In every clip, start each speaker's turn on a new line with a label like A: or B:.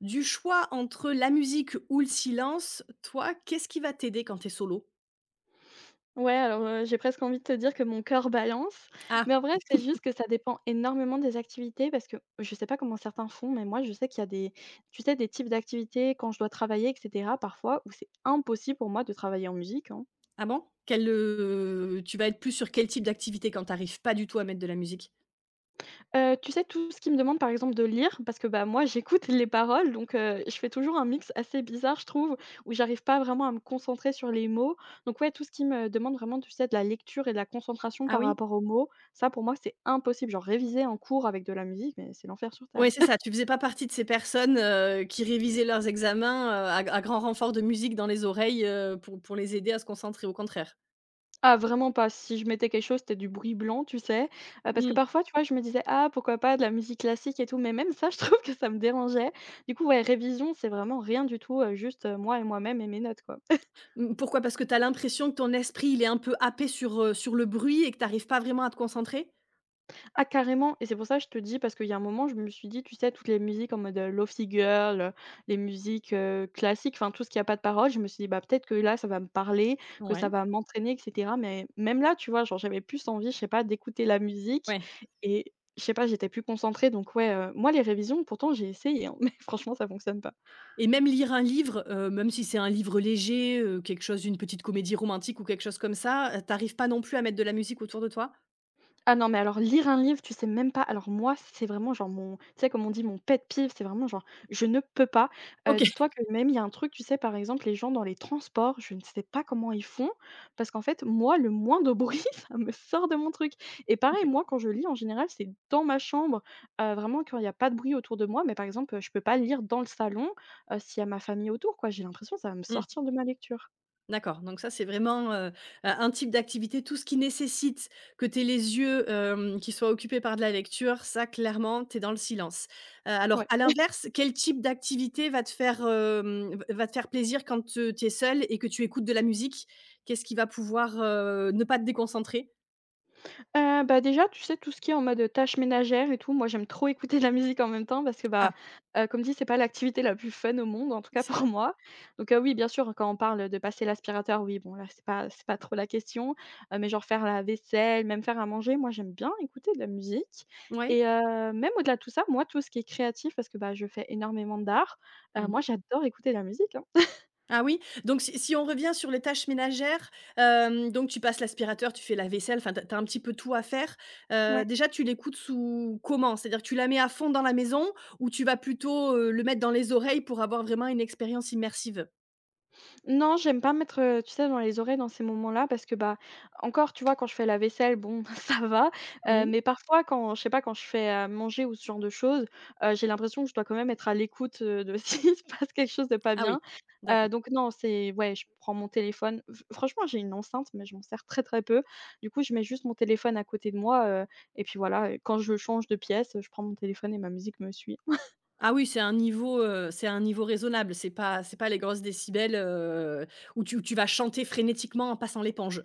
A: Du choix entre la musique ou le silence, toi, qu'est-ce qui va t'aider quand t'es solo?
B: J'ai presque envie de te dire que mon cœur balance,
A: Ah!
B: mais en vrai, c'est juste que ça dépend énormément des activités parce que je sais pas comment certains font, mais moi, je sais qu'il y a des types d'activités quand je dois travailler et cetera, parfois, où c'est impossible pour moi de travailler en musique, hein.
A: Ah bon? Quel, tu vas être plus sur quel type d'activité quand t'arrives pas du tout à mettre de la musique?
B: Tu sais, tout ce qui me demande, par exemple, de lire, parce que, bah, moi, j'écoute les paroles, donc je fais toujours un mix assez bizarre, je trouve, où j'arrive pas vraiment à me concentrer sur les mots. Donc ouais, tout ce qui me demande vraiment, tu sais, de la lecture et de la concentration
A: Ah
B: par
A: oui?
B: rapport aux mots, ça, pour moi, c'est impossible. Genre réviser en cours avec de la musique, mais c'est l'enfer sur terre.
A: Oui, c'est ça, tu faisais pas partie de ces personnes, qui révisaient leurs examens, à grand renfort de musique dans les oreilles, pour les aider à se concentrer, au contraire?
B: Ah, vraiment pas. Si je mettais quelque chose, c'était du bruit blanc, tu sais? Parce que
A: Mmh.
B: parfois, tu vois, je me disais: «Ah, pourquoi pas de la musique classique et tout», mais même ça, je trouve que ça me dérangeait. Du coup, ouais, révision, c'est vraiment rien du tout, juste, moi et moi-même et mes notes, quoi.
A: Mmh, pourquoi? Parce que tu as l'impression que ton esprit, il est un peu happé sur, sur le bruit et que tu arrives pas vraiment à te concentrer?
B: Ah carrément et c'est pour ça que je te dis parce qu'il y a un moment je me suis dit, tu sais toutes les musiques en mode, lo Girl, les musiques, classiques, enfin tout ce qui a pas de paroles, je me suis dit: «Bah peut-être que là ça va me parler, que
A: Ouais,
B: ça va m'entraîner et cetera», mais même là, tu vois? Genre j'avais plus envie, je sais pas, d'écouter la musique
A: ouais.
B: et je sais pas, j'étais plus concentrée donc ouais, moi les révisions pourtant j'ai essayé, hein, mais franchement ça fonctionne pas.
A: Et même lire un livre, même si c'est un livre léger, quelque chose une petite comédie romantique ou quelque chose comme ça, tu pas non plus à mettre de la musique autour de toi?
B: Ah non, mais alors lire un livre, tu sais même pas alors moi, c'est vraiment genre mon tu sais, comme on dit, mon pet peeve, c'est vraiment genre je ne peux pas. Heu,
A: OK,
B: dis-toi que même il y a un truc, tu sais, par exemple, les gens dans les transports, je ne sais pas comment ils font parce qu'en fait, moi, le moins de bruit, ça me sort de mon truc et pareil,
A: OK.
B: moi, quand je lis, en général, c'est dans ma chambre, vraiment quand il y a pas de bruit autour de moi, mais par exemple, je peux pas lire dans le salon, s'il y a ma famille autour, quoi. J'ai l'impression que ça va me
A: Mmh,
B: sortir de ma lecture.
A: d'accord, donc ça, c'est vraiment, un type d'activité. Tout ce qui nécessite que tu aies les yeux, qui soient occupés par de la lecture, ça, clairement, tu es dans le silence. Alors
B: Ouais.
A: à l'inverse, quel type d'activité va te faire, va te faire plaisir quand, tu es seule et que tu écoutes de la musique? Qu'est-ce qui va pouvoir, ne pas te déconcentrer?
B: Déjà, tu sais, tout ce qui est en mode, tâches ménagères et tout, moi, j'aime trop écouter de la musique en même temps parce que,
A: Ah,
B: bah, comme dit, c'est pas l'activité la plus fun au monde, en tout cas
A: c'est vrai.
B: pour moi. Donc, oui, bien sûr, quand on parle de passer l'aspirateur, oui, bon, là, c'est pas trop la question, mais genre faire la vaisselle, même faire à manger, moi, j'aime bien écouter de la musique
A: Ouais.
B: et même au-delà de tout ça, moi, tout ce qui est créatif parce que, bah, je fais énormément d'art, moi,
A: Mmh.
B: j'adore écouter de la musique, hein.
A: Ah oui? Donc si on revient sur les tâches ménagères, donc tu passes l'aspirateur, tu fais la vaisselle, enfin, tu as un petit peu tout à faire. Heu, déjà tu l'écoutes sous comment? C'est-à-dire que tu la mets à fond dans la maison ou tu vas plutôt, le mettre dans les oreilles pour avoir vraiment une expérience immersive?
B: Non, j'aime pas mettre, tu sais, dans les oreilles dans ces moments-là parce que, bah, encore, tu vois, quand je fais la vaisselle, bon, ça va,
A: Mmh.
B: mais parfois quand je sais pas, quand je fais à manger ou ce genre de choses, j'ai l'impression que je dois quand même être à l'écoute, de s'il se passe quelque chose de pas
A: Ah oui,
B: bien,
A: d'accord.
B: donc non, c'est ouais, je prends mon téléphone. F Franchement, j'ai une enceinte, mais je m'en sers très, très peu. Du coup, je mets juste mon téléphone à côté de moi, et puis voilà, quand je change de pièce, je prends mon téléphone et ma musique me suit.
A: Ah oui, c'est un niveau raisonnable, c'est pas les grosses décibels, où tu vas chanter frénétiquement en passant l'éponge?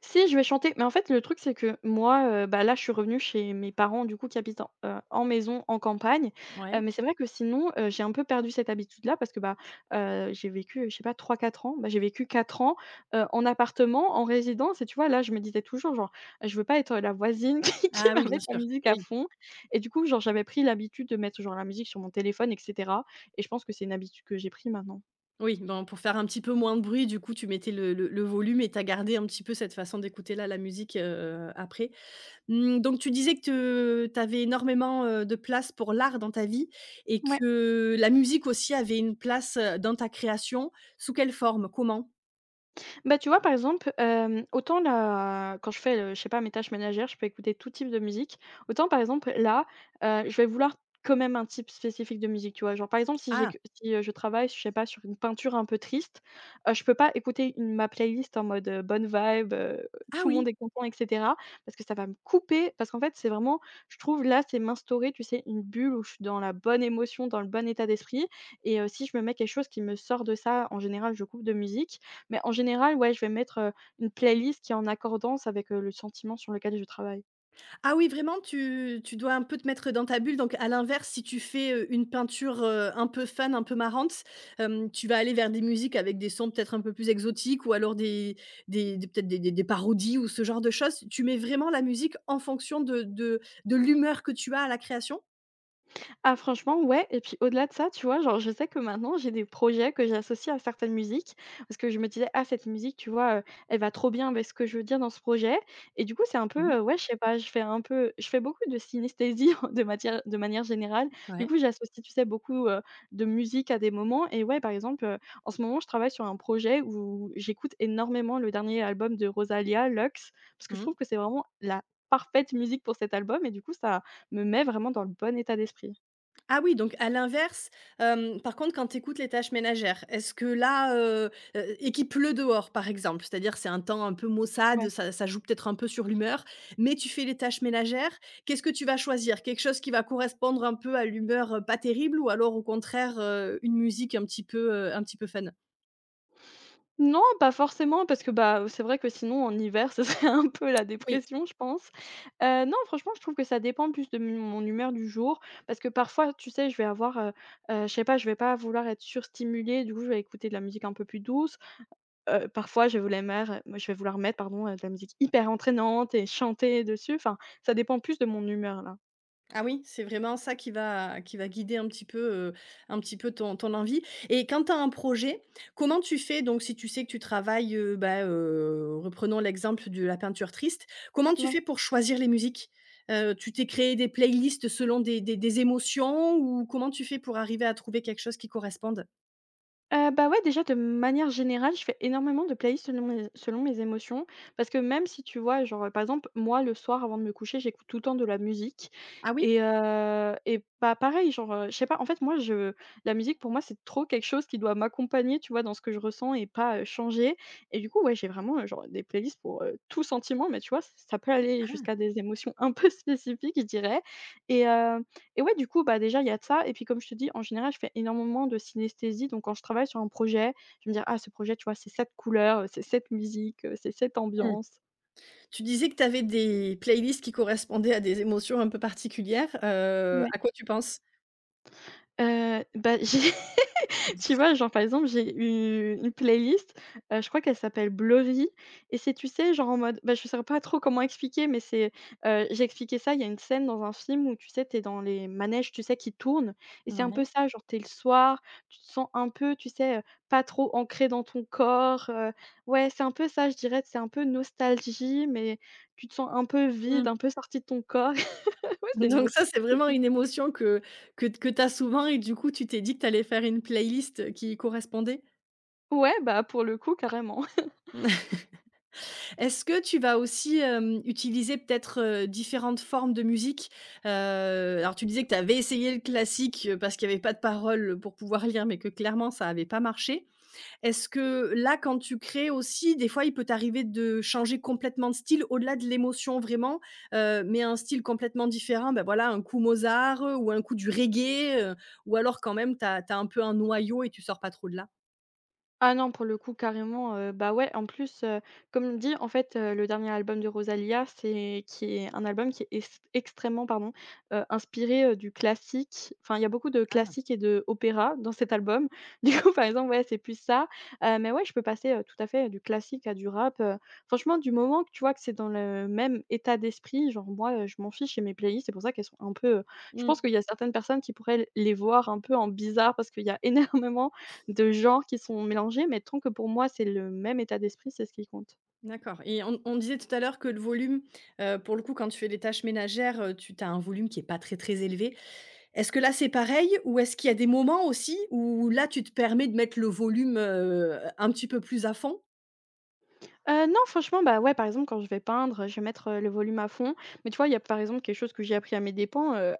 B: Si, je vais chanter, mais en fait, le truc, c'est que moi, bah, là, je suis revenue chez mes parents, du coup, qui habitent en, en maison, en campagne,
A: Ouais.
B: mais c'est vrai que sinon, j'ai un peu perdu cette habitude-là parce que, bah, j'ai vécu, je sais pas, trois quatre ans, bah, j'ai vécu 4 ans, en appartement, en résidence et tu vois, là, je me disais toujours, genre: «Je veux pas être la voisine qui
A: Ah oui,
B: va
A: bien
B: mettre la
A: sûr,
B: musique à
A: oui.
B: fond», et du coup, genre, j'avais pris l'habitude de mettre, genre, la musique sur mon téléphone et cetera, et je pense que c'est une habitude que j'ai pris maintenant.
A: Oui, ben, pour faire un petit peu moins de bruit, du coup, tu mettais le le volume et tu as gardé un petit peu cette façon d'écouter-là la musique, après. Mmh, donc tu disais que tu avais énormément, de place pour l'art dans ta vie et
B: Ouais.
A: que la musique aussi avait une place, dans ta création. Sous quelle forme? Comment?
B: Bah, tu vois, par exemple, hem, autant là, quand je fais, je sais pas, mes tâches ménagères, je peux écouter tout type de musique. Autant, par exemple, là, je vais vouloir quand même un type spécifique de musique, tu vois? Genre, par exemple, si
A: Ah!
B: j'éc si, heu, je travaille, je sais pas, sur une peinture un peu triste, je peux pas écouter une ma playlist en mode, bonne vibe,
A: Ah
B: tout le
A: oui!
B: monde est content et cetera, parce que ça va me couper. Parce qu'en fait, c'est vraiment je trouve, là, c'est m'instaurer, tu sais, une bulle où je suis dans la bonne émotion, dans le bon état d'esprit et si je me mets quelque chose qui me sort de ça, en général, je coupe de musique, mais en général, ouais, je vais mettre, une playlist qui est en accordance avec, le sentiment sur lequel je travaille.
A: Ah oui, vraiment, tu dois un peu te mettre dans ta bulle. Donc à l'inverse, si tu fais, une peinture, un peu fun, un peu marrante, tu vas aller vers des musiques avec des sons peut-être un peu plus exotiques ou alors des des peut-être des parodies ou ce genre de choses. Tu mets vraiment la musique en fonction de l'humeur que tu as à la création?
B: Ah franchement, ouais, et puis au-delà de ça, tu vois, genre, je sais que maintenant j'ai des projets que j'associe à certaines musiques parce que je me disais: «Ah cette musique, tu vois, elle va trop bien avec ce que je veux dire dans ce projet», et du coup, c'est un peu,
A: Mmh.
B: ouais, je sais pas, je fais beaucoup de synesthésie de manière générale. Du
A: Ouais.
B: coup, j'associe, tu sais, beaucoup, de musique à des moments et ouais, par exemple, en ce moment, je travaille sur un projet où j'écoute énormément le dernier album de Rosalia Lux parce que je trouve
A: Mmh.
B: que c'est vraiment la parfaite musique pour cet album et du coup, ça me met vraiment dans le bon état d'esprit.
A: Ah oui, donc à l'inverse, par contre, quand tu écoutes les tâches ménagères, est-ce que là, et qu'il pleut dehors, par exemple, c'est-à-dire c'est un temps un peu maussade,
B: Ouais.
A: ça joue peut-être un peu sur l'humeur, mais tu fais les tâches ménagères, qu'est-ce que tu vas choisir? Quelque chose qui va correspondre un peu à l'humeur, pas terrible ou alors au contraire, une musique un petit peu fun?
B: Non, pas forcément parce que, bah, c'est vrai que sinon en hiver, ce serait un peu la
A: Oui.
B: dépression, je pense. Non, franchement, je trouve que ça dépend plus de m mon humeur du jour parce que parfois, tu sais, je sais pas, je vais pas vouloir être surstimulée, du coup, je vais écouter de la musique un peu plus douce. Parfois, je vais vouloir mettre, pardon, de la musique hyper entraînante et chanter dessus. Enfin, ça dépend plus de mon humeur, là.
A: Ah oui, c'est vraiment ça qui va guider un petit peu ton ton envie et quand tu as un projet, comment tu fais donc si tu sais que tu travailles, reprenons l'exemple de la peinture triste, comment tu
B: Ouais.
A: fais pour choisir les musiques? Tu t'es créé des playlists selon des émotions ou comment tu fais pour arriver à trouver quelque chose qui corresponde?
B: Ouais, déjà de manière générale, je fais énormément de playlists selon mes émotions parce que même si tu vois, genre, par exemple, moi, le soir avant de me coucher, j'écoute tout le temps de la musique
A: Ah oui?
B: et bah, pareil, genre, je sais pas, en fait, moi, je la musique pour moi, c'est trop quelque chose qui doit m'accompagner, tu vois, dans ce que je ressens et pas, changer, et du coup, ouais, j'ai vraiment, genre des playlists pour, tout sentiment, mais tu vois, ça peut aller jusqu'à des émotions un peu spécifiques, je dirais, et heu et ouais, du coup, bah, déjà, il y a de ça et puis comme je te dis, en général, je fais énormément de synesthésie, donc quand je travaille sur un projet, je vais me dire: «Ah, ce projet, tu vois, c'est cette couleur, c'est cette musique, c'est cette
A: Ah, mmh.
B: ambiance».
A: Tu disais que tu avais des playlists qui correspondaient à des émotions un peu particulières,
B: Ouais.
A: à quoi tu penses?
B: J'ai tu vois, genre, par exemple, j'ai u une playlist, je crois qu'elle s'appelle Blurry et c'est, tu sais, genre, en mode bah, je saurais pas trop comment expliquer, mais c'est, j'ai expliqué ça, il y a une scène dans un film où, tu sais, tu es dans les manèges, tu sais, qui tournent et c'est un peu
A: Ouais.
B: ça, genre, tu es le soir, tu te sens un peu, tu sais, pas trop ancré dans ton corps, ouais, c'est un peu ça, je dirais, c'est un peu nostalgie, mais tu te sens un peu vide, un peu sorti de ton corps. Ouais, c'est une
A: Donc ça,
B: émotion
A: c'est
B: très
A: vraiment une
B: spécifique.
A: émotion que tu as souvent et du coup, tu t'es dit que tu allais faire une playlist, qui y correspondait?
B: Ouais, bah, pour le coup, carrément.
A: Est-ce que tu vas aussi, utiliser peut-être, différentes formes de musique? Heu, alors tu disais que tu avais essayé le classique, parce qu'il y avait pas de paroles, pour pouvoir lire, mais que clairement ça avait pas marché. Est-ce que là, quand tu crées aussi, des fois, il peut t'arriver de changer complètement de style au-delà de l'émotion vraiment, mais un style complètement différent, ben, voilà, un coup Mozart, ou un coup du reggae, ou alors quand même tu as un peu un noyau et tu sors pas trop de là?
B: Ah non, pour le coup, carrément, bah, ouais, en plus, comme dit, en fait, le dernier album de Rosalia c'est qui est un album qui est ex extrêmement, pardon, inspiré, du classique. Enfin, il y a beaucoup de classiques et de opéra dans cet album. Du coup, par exemple, ouais, c'est plus ça, mais ouais, je peux passer, tout à fait du classique à du rap. Franchement, du moment que tu vois que c'est dans le même état d'esprit, genre moi, je m'en fiche et mes playlists, c'est pour ça qu'elles sont un peu, je
A: Mmh,
B: pense qu'il y a certaines personnes qui pourraient les voir un peu en bizarre parce qu'il y a énormément de genres qui sont mélangés, mais tant que pour moi, c'est le même état d'esprit, c'est ce qui compte.
A: d'accord et on disait tout à l'heure que le volume, pour le coup, quand tu fais des tâches ménagères, tu as un volume qui est pas très, très élevé. Est-ce que là, c'est pareil ou est-ce qu'il y a des moments aussi où là, tu te permets de mettre le volume, un petit peu plus à fond?
B: Non, franchement, bah, ouais, par exemple, quand je vais peindre, je vais mettre, le volume à fond. Mais tu vois, il y a, par exemple, quelque chose que j'ai appris à mes dépens,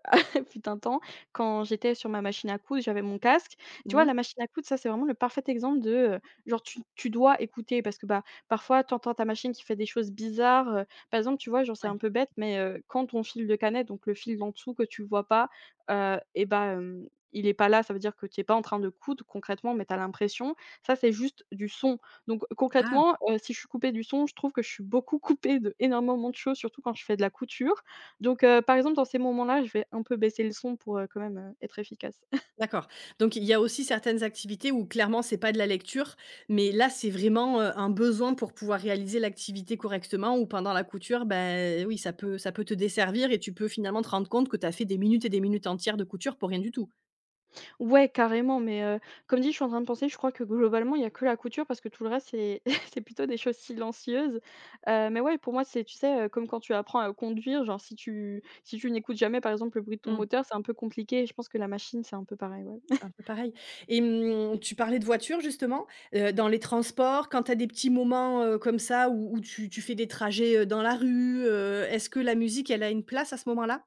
B: fut un temps, quand j'étais sur ma machine à coudre, j'avais mon casque. Et tu
A: Mmh
B: vois,
A: mh,
B: la machine à coudre, ça, c'est vraiment le parfait exemple de, heu, genre, tu dois écouter parce que, bah, parfois, tu entends ta machine qui fait des choses bizarres. Par exemple, tu vois, genre, c'est
A: ouais.
B: un peu bête, mais, quand ton fil de canette, donc le fil d'en dessous que tu vois pas, et bah, il est pas là, ça veut dire que tu es pas en train de coudre concrètement, mais tu as l'impression. Ça, c'est juste du son. Donc
A: Ah!
B: concrètement, si je suis coupée du son, je trouve que je suis beaucoup coupée d'énormément de choses, surtout quand je fais de la couture. Donc par exemple, dans ces moments-là, je vais un peu baisser le son pour, quand même, être efficace.
A: D'accord. Donc il y a aussi certaines activités où clairement c'est pas de la lecture, mais là c'est vraiment, un besoin pour pouvoir réaliser l'activité correctement ou pendant la couture, ben oui ça peut te desservir et tu peux finalement te rendre compte que tu as fait des minutes et des minutes entières de couture pour rien du tout.
B: Ouais, carrément, mais comme dit, je suis en train de penser, je crois que globalement, il y a que la couture parce que tout le reste, c'est c'est plutôt des choses silencieuses. Mais ouais, pour moi, c'est, tu sais, comme quand tu apprends à conduire, genre si tu si tu n'écoutes jamais, par exemple, le bruit de ton
A: Mmh.
B: moteur, c'est un peu compliqué et je pense que la machine, c'est un peu pareil, ouais.
A: C'est un peu pareil et mmh, tu parlais de voiture justement, dans les transports, quand tu as des petits moments, comme ça où tu fais des trajets, dans la rue, est-ce que la musique elle a une place à ce moment-là?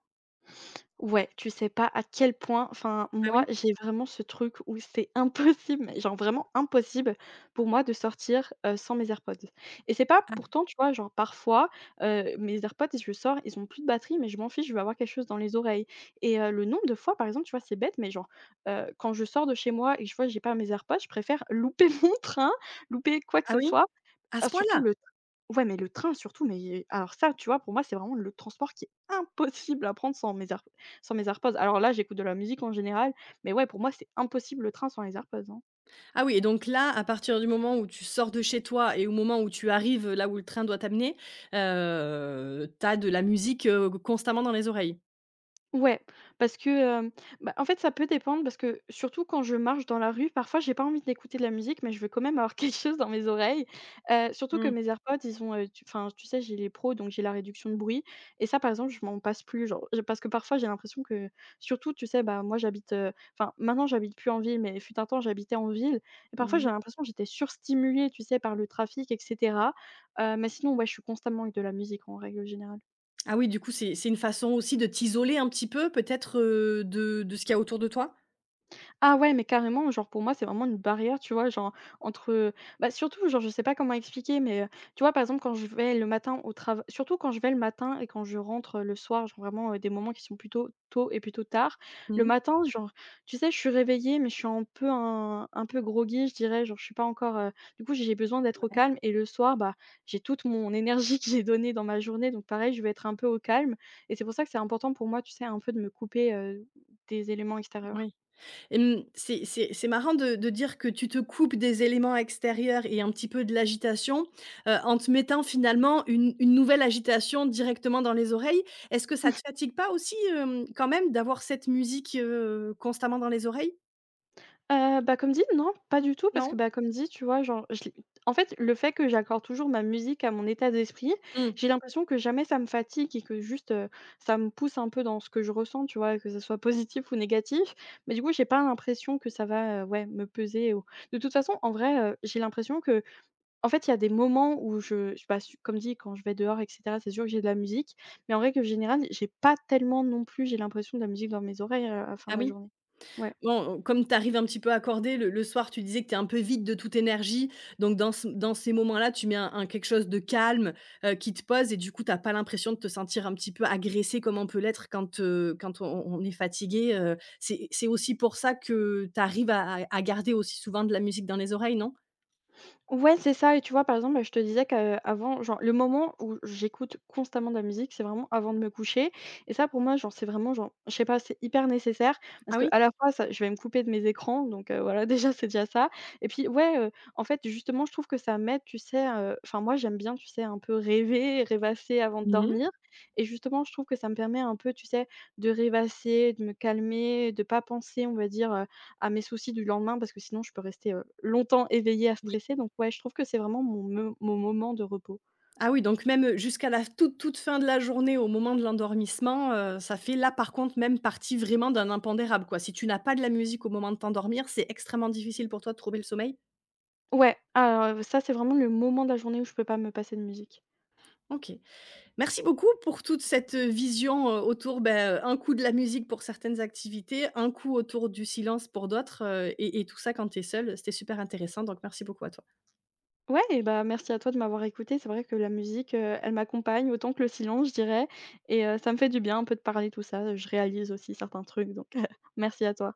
B: Ouais, tu sais pas à quel point enfin
A: Ah
B: moi,
A: oui?
B: j'ai vraiment ce truc où c'est impossible, mais genre vraiment impossible pour moi de sortir, sans mes AirPods et c'est pas pourtant, tu vois, genre parfois, mes AirPods, je sors, ils ont plus de batterie, mais je m'en fiche, je vais avoir quelque chose dans les oreilles et le nombre de fois, par exemple, tu vois, c'est bête, mais genre, quand je sors de chez moi et que je vois que j'ai pas mes AirPods, je préfère louper mon train, louper quoi que
A: Ah
B: ce
A: oui?
B: soit
A: À ce
B: ah surtout
A: point-là?
B: le tr ouais, mais le train surtout, mais alors ça, tu vois, pour moi, c'est vraiment le transport qui est impossible à prendre sans mes AirPods. Alors là, j'écoute de la musique en général, mais ouais, pour moi, c'est impossible le train sans les AirPods, hein.
A: Ah oui et donc là, à partir du moment où tu sors de chez toi et au moment où tu arrives, là où le train doit t'amener, tu as de la musique, constamment dans les oreilles?
B: Ouais, parce que, hem, bah, en fait, ça peut dépendre parce que surtout quand je marche dans la rue, parfois j'ai pas envie d'écouter de la musique, mais je veux quand même avoir quelque chose dans mes oreilles. Surtout que
A: Mmh.
B: mes AirPods, ils ont, tu enfin, tu sais, j'ai les pros, donc j'ai la réduction de bruit et ça, par exemple, je m'en passe plus, genre, je parce que parfois j'ai l'impression que surtout, tu sais, bah, moi, j'habite, enfin, maintenant, j'habite plus en ville, mais fut un temps, j'habitais en ville et
A: Mmh
B: parfois
A: mh.
B: j'ai l'impression que j'étais surstimulée, tu sais, par le trafic et cetera. Mais sinon, ouais, je suis constamment avec de la musique en règle générale.
A: Ah oui, du coup, c'est une façon aussi de t'isoler un petit peu peut-être, de ce qu'il y a autour de toi?
B: Ah ouais, mais carrément, genre pour moi, c'est vraiment une barrière, tu vois? Genre entre, bah, surtout, genre, je sais pas comment expliquer, mais, tu vois, par exemple, quand je vais le matin au travail surtout quand je vais le matin et quand je rentre, le soir, genre vraiment, des moments qui sont plutôt tôt et plutôt tard. Le
A: Mmh.
B: matin, genre, tu sais, je suis réveillée, mais je suis un peu un peu groggy, je dirais, genre, je suis pas encore, du coup, j'ai besoin d'être au
A: Ouais,
B: calme et le soir, bah, j'ai toute mon énergie que j'ai donnée dans ma journée, donc pareil, je vais être un peu au calme et c'est pour ça que c'est important pour moi, tu sais, un peu de me couper, des éléments extérieurs.
A: ouais. Hem, c'est marrant de dire que tu te coupes des éléments extérieurs et un petit peu de l'agitation, en te mettant finalement une nouvelle agitation directement dans les oreilles. Est-ce que ça te fatigue pas aussi, quand même d'avoir cette musique, constamment dans les oreilles?
B: Bah, comme dit, non, pas du tout parce que,
A: Non?
B: bah, comme dit, tu vois, genre, je l'ai en fait, le fait que j'accorde toujours ma musique à mon état d'esprit,
A: Mmh.
B: j'ai l'impression que jamais ça me fatigue et que juste, ça me pousse un peu dans ce que je ressens, tu vois? Que ce soit positif ou négatif, mais du coup, j'ai pas l'impression que ça va, ouais, me peser ou de toute façon, en vrai, j'ai l'impression qu'en fait, il y a des moments où je bah, su comme dit, quand je vais dehors et cetera, c'est sûr que j'ai de la musique, mais en règle générale, j'ai pas tellement non plus, j'ai l'impression, de la musique dans mes oreilles, à la fin
A: Ah
B: de la
A: oui.
B: journée. Ouais.
A: Bon, comme tu arrives un petit peu accordé, le soir, tu disais que tu es un peu vide de toute énergie, donc dans ce dans ces moments-là, tu mets un quelque chose de calme, qui te pose et du coup, tu as pas l'impression de te sentir un petit peu agressé comme on peut l'être quand, quand on est fatigué, c'est aussi pour ça que tu arrives à garder aussi souvent de la musique dans les oreilles, non?
B: Ouais, c'est ça et tu vois, par exemple, bah, je te disais qu'avant, genre, le moment où j'écoute constamment de la musique, c'est vraiment avant de me coucher et ça, pour moi, genre, c'est vraiment, genre, je sais pas, c'est hyper nécessaire
A: Ah
B: parce que
A: oui?
B: à la fois, ça je vais me couper de mes écrans donc voilà, déjà, c'est déjà ça et puis, ouais, en fait, justement, je trouve que ça m'aide, tu sais, enfin, moi, j'aime bien, tu sais, un peu rêver, rêvasser avant de
A: Mmh.
B: dormir et justement, je trouve que ça me permet un peu, tu sais, de rêvasser, de me calmer, de pas penser, on va dire, à mes soucis du lendemain parce que sinon je peux rester, longtemps éveillée à stresser donc ouais, je trouve que c'est vraiment mon me mon moment de repos.
A: Ah oui, donc même jusqu'à la toute, toute fin de la journée, au moment de l'endormissement, ça fait là, par contre, même partie vraiment d'un impondérable, quoi. Si tu n'as pas de la musique au moment de t'endormir, c'est extrêmement difficile pour toi de trouver le sommeil?
B: Ouais, ah, ça c'est vraiment le moment de la journée où je peux pas me passer de musique.
A: OK. Merci beaucoup pour toute cette, vision, autour, ben, un coup de la musique pour certaines activités, un coup autour du silence pour d'autres, et tout ça quand tu es seul, c'était super intéressant, donc merci beaucoup à toi.
B: Ouais et bah, merci à toi de m'avoir écoutée. C'est vrai que la musique, elle m'accompagne autant que le silence, je dirais et ça me fait du bien un peu de parler tout ça, je réalise aussi certains trucs donc merci à toi.